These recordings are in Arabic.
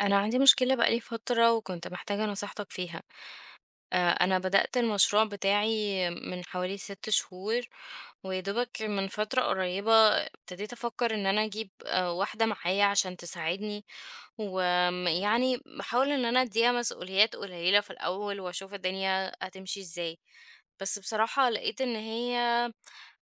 أنا عندي مشكلة بقى لي فترة وكنت محتاجة نصيحتك فيها، أنا بدأت المشروع بتاعي من حوالي 6 شهور، ويا دوبك من فترة قريبة ابتديت أفكر إن أنا أجيب واحدة معايا عشان تساعدني، وآمم يعني باحاول إن أنا أدّيها مسؤوليات قليلة في الأول وأشوف الدنيا هتمشي إزاي، بس بصراحة لقيت إن هي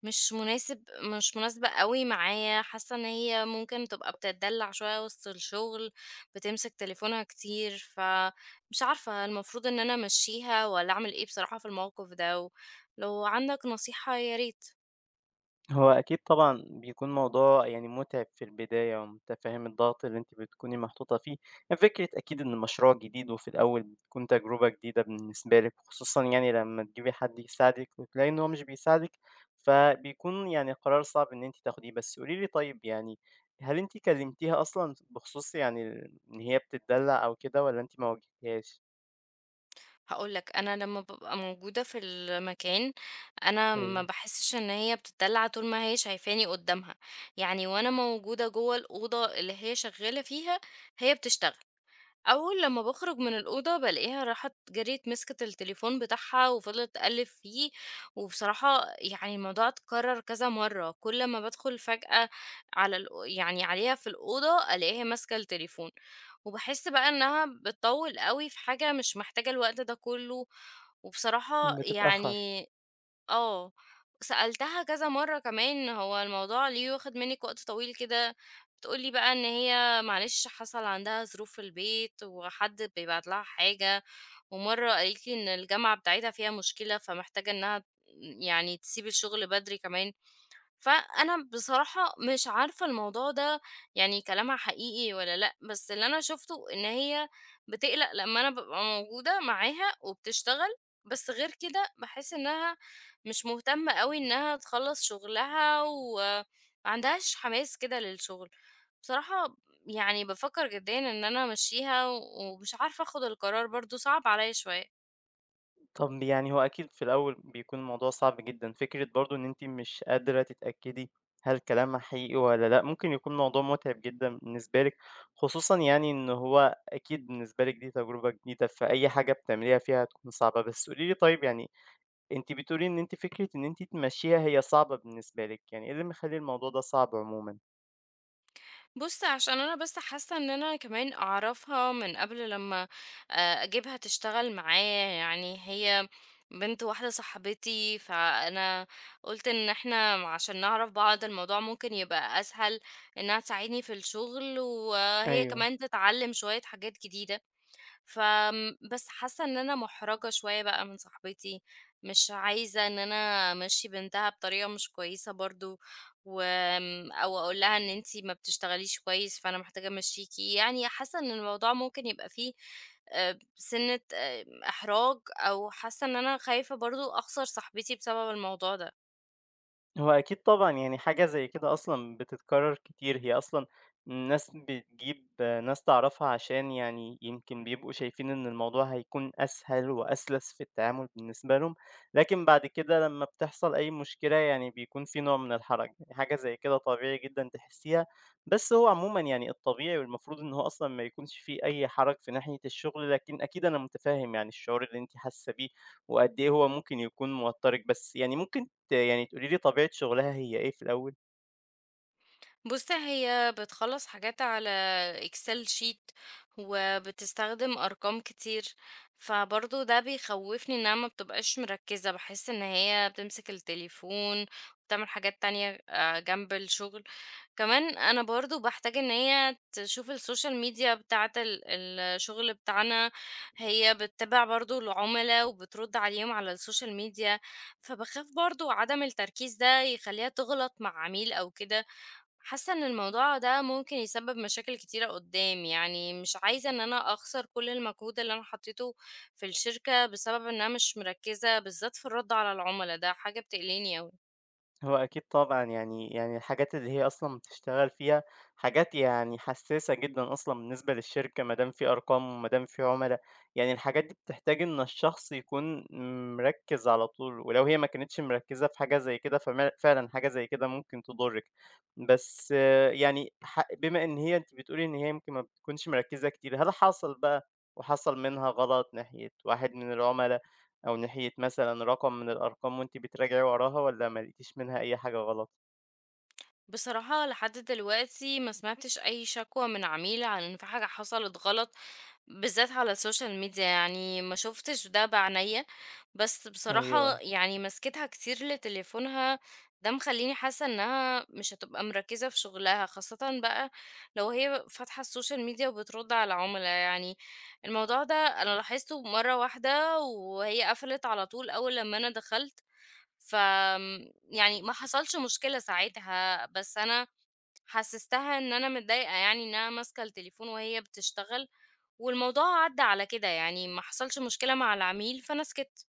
مش مناسبة أوي معايا، حاسة إن هي ممكن تبقى بتتدلّع شوية وسط الشغل، بتمسك تليفونها كتير، فمش عارفة المفروض إن أنا أمشّيها والّا أعمل إيه بصراحة في الموقف ده، ولو عندك نصيحة يا ريت. هو أكيد طبعًا بيكون موضوع يعني مُتعِب في البداية، ومتفهِّم الضغط اللي أنتِ بتكوني محطوطة فيه، يعني فكرة أكيد إن مشروع جديد وفي الأول بتكون تجربة جديدة بالنسبة لِك، خصوصًا يعني لمّا تجيبي حد يساعدِك وتلاقي إن هو مش بيساعدِك، فبيكون يعني قرار صعب إن أنتِ تاخديه. بس قولي لي طيب يعني هل أنتِ كلمتيها أصلًا بخصوص يعني ال إن هي بتتدلّع أو كده والّا أنتِ ما واجهتيهاش؟ هاقول لك، أنا لمّا بابقى موجودة في المكان، أنا ما أيوه، باحسّش إن هي بتتدلّع طول ما هي شايفاني قدّامها، يعني وأنا موجودة جوّه الأوضة اللي هي شغّالة فيها، هي بتشتغل. أول لمّا باخرج من الأوضة بالاقيها راحت جريت مسكت التليفون بتاعها وفضلت تقلِّب فيه، وبصراحة يعني الموضوع اتكرر كذا مرّة، كل ما بادخل فجأة على يعني عليها في الأوضة ألاقيها ماسكة التليفون، وباحس بقى إنها بتطوّل أوي في حاجة مش محتاجة الوقت ده كلّه، وبصراحة بتتأخر. يعني آه، سألتها كذا مرّة كمان هو الموضوع ليه واخد منِّك وقت طويل كده؟ بتقول لي بقى إن هي معلش حصل عندها ظروف في البيت وحد بيبعت لها حاجة، ومرّة قالت لي إن الجامعة بتاعتها فيها مشكلة، فمحتاجة إنها يعني تسيب الشغل بدري كمان، فأنا بصراحة مش عارفة الموضوع ده يعني كلامها حقيقي والّا لأ، بس اللي أنا شُفته إن هي بتقلق لمّا أنا بابقى موجودة معاها وبتشتغل، بس غير كده باحس إنها مش مهتمة أوي إنها تخلّص شغلها وما عندهاش حماس كده للشغل. بصراحة يعني بافكّر جديًا إن أنا أمشّيها ومش عارفة آخُد القرار برضه صعب عليّا شوية. طب يعني هو أكيد في الأول بيكون الموضوع صعب جدًا، فكرة برضه إن أنتِ مش قادرة تتأكدي هل كلامها حقيقي والّا لأ، ممكن يكون موضوع متعب جدًا بالنسبة لِك، خصوصًا يعني إن هو أكيد بالنسبة لِك دي تجربة جديدة، فأي حاجة بتعمليها فيها هتكون صعبة. بس قولي لي طيب يعني أنتِ بتقولي إن أنتِ فكرة إن أنتِ تمشّيها هي صعبة بالنسبة لِك، يعني إيه اللي مخلّي الموضوع ده صعب عمومًا؟ بُص، عشان أنا بس حاسة إن أنا كمان أعرفها من قبل لمّا أجيبها تشتغل معايا، يعني هي بنت واحدة صاحبتي، فأنا قُلت إن إحنا عشان نعرف بعض الموضوع ممكن يبقى أسهل إنها تساعدني في الشغل، وهي أيوه. كمان تتعلم شوية حاجات جديدة. فآمم بس حاسة إن أنا مُحرَجة شوية بقى من صاحبتي، مش عايزة إن أنا أمشّي بنتها بطريقة مش كويسة برضه، وآمم أو أقول لها إن أنتِ ما بتشتغليش كويس، فأنا محتاجة أمشّيكِ، يعني حاسة إن الموضوع ممكن يبقى فيه سِنّة إحراج، أو حاسة إن أنا خايفة برضه أخسر صاحبتي بسبب الموضوع ده. هو أكيد طبعًا، يعني حاجة زي كده أصلًا بتتكرر كتير، هي أصلًا الناس بتجيب ناس تعرفها عشان يعني يمكن بيبقوا شايفين إن الموضوع هيكون أسهل وأسلس في التعامل بالنسبة لهم، لكن بعد كده لمّا بتحصل أي مشكلة يعني بيكون في نوع من الحرج، يعني حاجة زي كده طبيعي جدًا تحسيها، بس هو عمومًا يعني الطبيعي والمفروض إن هو أصلًا ما يكونش في أي حرج في ناحية الشغل، لكن أكيد أنا متفهم يعني الشعور اللي أنتِ حاسة بيه وقد إيه هو ممكن يكون موترِك، بس يعني ممكن يعني تقولي لي طبيعة شغلها هي إيه في الأول؟ بُص، هي بتخلّص حاجات على Excel sheet وبتستخدم أرقام كتير، فبرضه ده بيخوّفني إنها ما بتبقاش مركّزة، باحس إن هي بتمسك التليفون وبتعمل حاجات تانية جنب الشغل. كمان أنا برضه باحتاج إن هي تشوف السوشيال ميديا بتاعة الشغل بتاعنا، هي بتتابع برضه العُملا وبترُد عليهم على السوشيال ميديا، فباخاف برضه عدم التركيز ده يخلّيها تغلط مع عميل أو كده، حاسة إن الموضوع ده ممكن يسبب مشاكل كتيرة قدام، يعني مش عايزة إن أنا أخسر كل المجهود اللي أنا حطيته في الشركة بسبب إن أنا مش مركزة، بالذات في الرد على العملاء، ده حاجة بتقلقني أوي. هو أكيد طبعًا يعني الحاجات اللي هي أصلًا بتشتغل فيها حاجات يعني حساسة جدًا أصلًا بالنسبة للشركة ما دام في أرقام وما دام في عُملا، يعني الحاجات دي بتحتاج إن الشخص يكون مركّز على طول، ولو هي ما كانتش مركّزة في حاجة زي كده فما فعلًا حاجة زي كده ممكن تضرِّك. بس آه، يعني بما إن هي أنتِ بتقولي إن هي يمكن ما بتكونش مركّزة كتير، هل حصل بقى وحصل منها غلط ناحية واحد من العُملا أو ناحية مثلًا رقم من الأرقام وأنتِ بتراجعي وراها والّا ما لقيتيش منها أي حاجة غلط؟ بصراحة لحد دلوقتي ما سمعتش أي شكوى من عميل عن إن في حاجة حصلت غلط، بالذات على السوشيال ميديا، يعني ما شُفتش ده بعنَيّا، بس بصراحة أيوه. يعني مسكتها كتير لتليفونها، ده مخلّيني حاسة إنها مش هتبقى مركّزة في شغلها، خاصةً بقى لو هي فاتحة السوشيال ميديا وبترُد على العُملا، يعني الموضوع ده أنا لاحظته مرّة واحدة وهي قفلِت على طول أول لمّا أنا دخلت، فآمم يعني ما حصلش مشكلة ساعتها، بس أنا حسّستها إن أنا متضايقة يعني إنها ماسكة التليفون وهي بتشتغل، والموضوع عدّى على كده، يعني ما حصلش مشكلة مع العميل فأنا سكِتّ.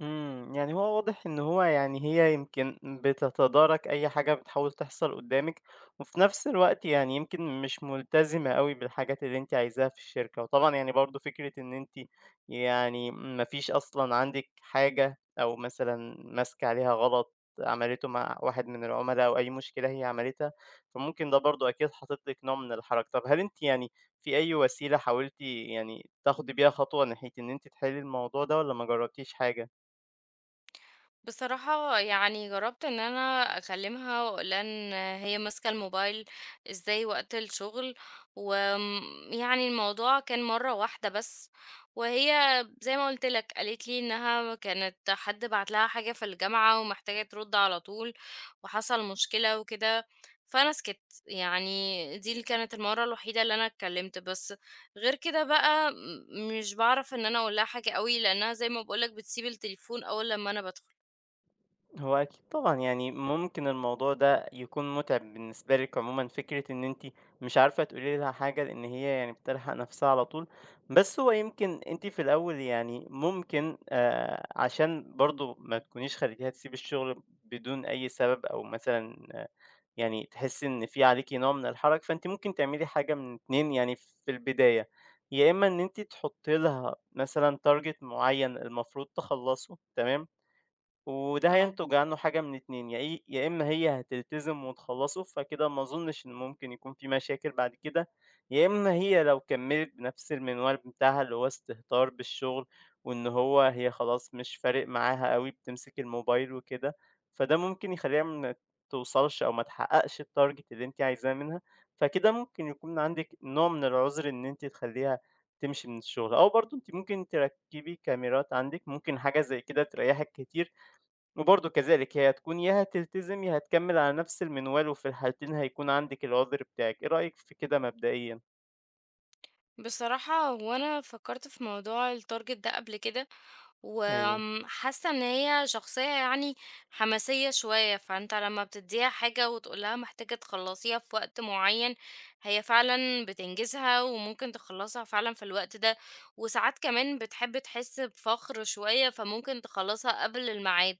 إمم، يعني هو واضح إن هو يعني هي يمكن بتتدارك أي حاجة بتحاول تحصل قدّامِك، وفي نفس الوقت يعني يمكن مش ملتزمة أوي بالحاجات اللي أنتِ عايزاها في الشركة، وطبعًا يعني برضه فكرة إن أنتِ يعني ما فيش أصلًا عندِك حاجة أو مثلًا ماسكة عليها غلط عملته مع واحد من العملا أو أي مشكلة هي عملتها، فممكن ده برضه أكيد حاطط لِك نوع من الحرج. طب هل أنتِ يعني في أي وسيلة حاولتِ يعني تاخدي بيها خطوة ناحية إن أنتِ تحلّي الموضوع ده والّا ما جربتيش حاجة؟ بصراحة يعني جربت ان انا اكلمها واقول لها ان هي ماسكة الموبايل ازاي وقت الشغل، ويعني الموضوع كان مرة واحدة بس، وهي زي ما قلت لك قالت لي انها كانت حد بعت لها حاجة في الجامعة ومحتاجة ترد على طول وحصل مشكلة وكده، فانا سكت، يعني دي اللي كانت المرة الوحيدة اللي انا اتكلمت، بس غير كده بقى مش بعرف ان انا اقول لها حاجة قوي لانها زي ما بقولك بتسيب التليفون اول لما انا بدخل. هو أكيد طبعًا، يعني ممكن الموضوع ده يكون مُتعب بالنسبة لِك عمومًا، فكرة إن أنتِ مش عارفة تقولي لها حاجة لإن هي يعني بتلحق نَفْسها على طول، بس هو يمكن أنتِ في الأول يعني ممكن عشان برضه ما تكونيش خليتيها تسيب الشغل بدون أي سبب أو مثلًا آه يعني تحسّي إن في عليكِ نوع من الحرج، فأنتِ ممكن تعملي حاجة من 2 يعني في البداية، يا إمّا إن أنتِ تحُطّي لها مثلًا target معيّن المفروض تخلّصه تمام؟ وده اه، هينتج عنه حاجة من اتنين، يا إيه يا إما هي هتلتزم وتخلّصه، فكده ما أظنش إن ممكن يكون في مشاكل بعد كده، يا إما هي لو كمّلت بنفس المنوال بتاعها اللي هو استهتار بالشغل، وإن هو هي خلاص مش فارق معاها أوي بتمسك الموبايل وكده، فده ممكن يخلّيها ما توصلش أو ما تحققش الtarget اللي أنتِ عايزاه منها، فكده ممكن يكون عندِك نوع من العُذر إن أنتِ تخلّيها تمشي من الشغل، أو برضه أنتِ ممكن تركّبي كاميرات عندِك، ممكن حاجة زي كده تريّحِك كتير. وبرضه كذلك هي هتكون يا هتلتزم يا هتكمّل على نفس المنوال وفي الحالتين هيكون عندِك العُذر بتاعِك، إيه رأيِك في كده مبدئيًا؟ بصراحة هو أنا فكرت في موضوع التارجت ده قبل كده أيوه. وحاسة ان هي شخصية يعني حماسية شوية، فانت لما بتديها حاجة وتقولها محتاجة تخلصيها في وقت معين هي فعلا بتنجزها وممكن تخلصها فعلا في الوقت ده، وساعات كمان بتحب تحس بفخر شوية فممكن تخلصها قبل الميعاد،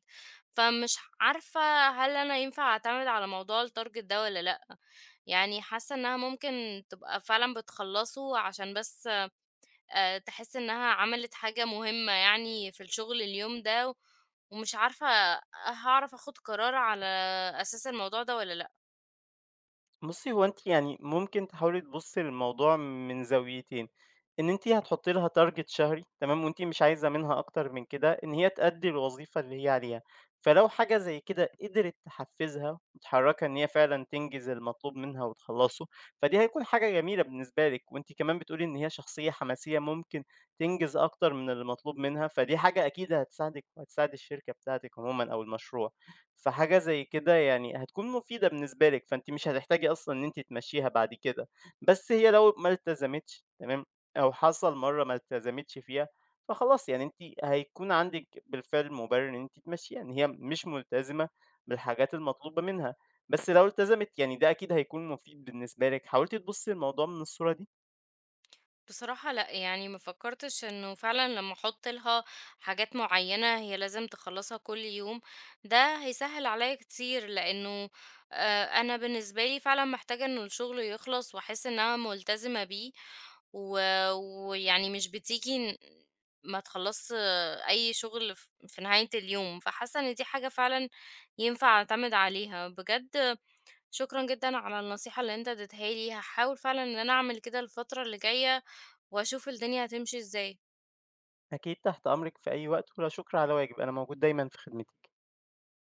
فمش عارفة هل أنا ينفع أعتمد على موضوع التارجت ده ولا لأ، يعني حاسة إنها ممكن تبقى فعلًا بتخلّصه عشان بس تحس إنها عملت حاجة مهمة يعني في الشغل اليوم ده، ومش عارفة هاعرف آخُد قرار على أساس الموضوع ده والّا لأ. بُصّي، هو أنتِ يعني ممكن تحاولي تبُصّي للموضوع من زاويتين، إن أنتِ هتحطّي لها target شهري تمام، وأنتِ مش عايزة منها أكتر من كده، إن هي تأدّي الوظيفة اللي هي عليها، فلو حاجة زي كده قدرت تحفّزها وتحرّكها إن هي فعلًا تنجز المطلوب منها وتخلّصه، فدي هيكون حاجة جميلة بالنسبة لِك، وأنتِ كمان بتقولي إن هي شخصية حماسية ممكن تنجز أكتر من اللي مطلوب منها، فدي حاجة أكيد هتساعدِك وهتساعد الشركة بتاعتِك عمومًا أو المشروع. فحاجة زي كده يعني هتكون مفيدة بالنسبة لِك، فأنتِ مش هتحتاجي أصلًا إن أنتِ تمشّيها بعد كده، بس هي لو ما التزمتش تمام، أو حصل مرّة ما التزمتش فيها، فخلاص يعني أنتِ هيكون عندِك بالفعل مُبرر إن أنتِ تمشّيها، إن هي مش ملتزمة بالحاجات المطلوبة منها، بس لو التزمت يعني ده أكيد هيكون مفيد بالنسبة لِك، حاولتِ تبُصّي للموضوع من الصورة دي؟ بصراحة لأ، يعني ما فكّرتش إنه فعلًا لمّا أحُط لها حاجات معيّنة هي لازم تخلّصها كل يوم، ده هيسهِّل عليّا كتير، لإنه أنا بالنسبة لي فعلًا محتاجة إنه الشغل يخلص وأحس إن أنا ملتزمة بيه و ويعني مش بتيجي ما تخلّصش أي شغل في نهاية اليوم، فحاسة إن دي حاجة فعلًا ينفع أعتمد عليها. بجد شكرًا جدًا على النصيحة اللي أنت اديتها لي، هاحاول فعلًا إن أنا أعمل كده الفترة اللي جاية وأشوف الدنيا هتمشي إزاي. أكيد تحت أمرِك في أي وقت، ولا شكر على واجب، أنا موجود دايمًا في خدمتِك.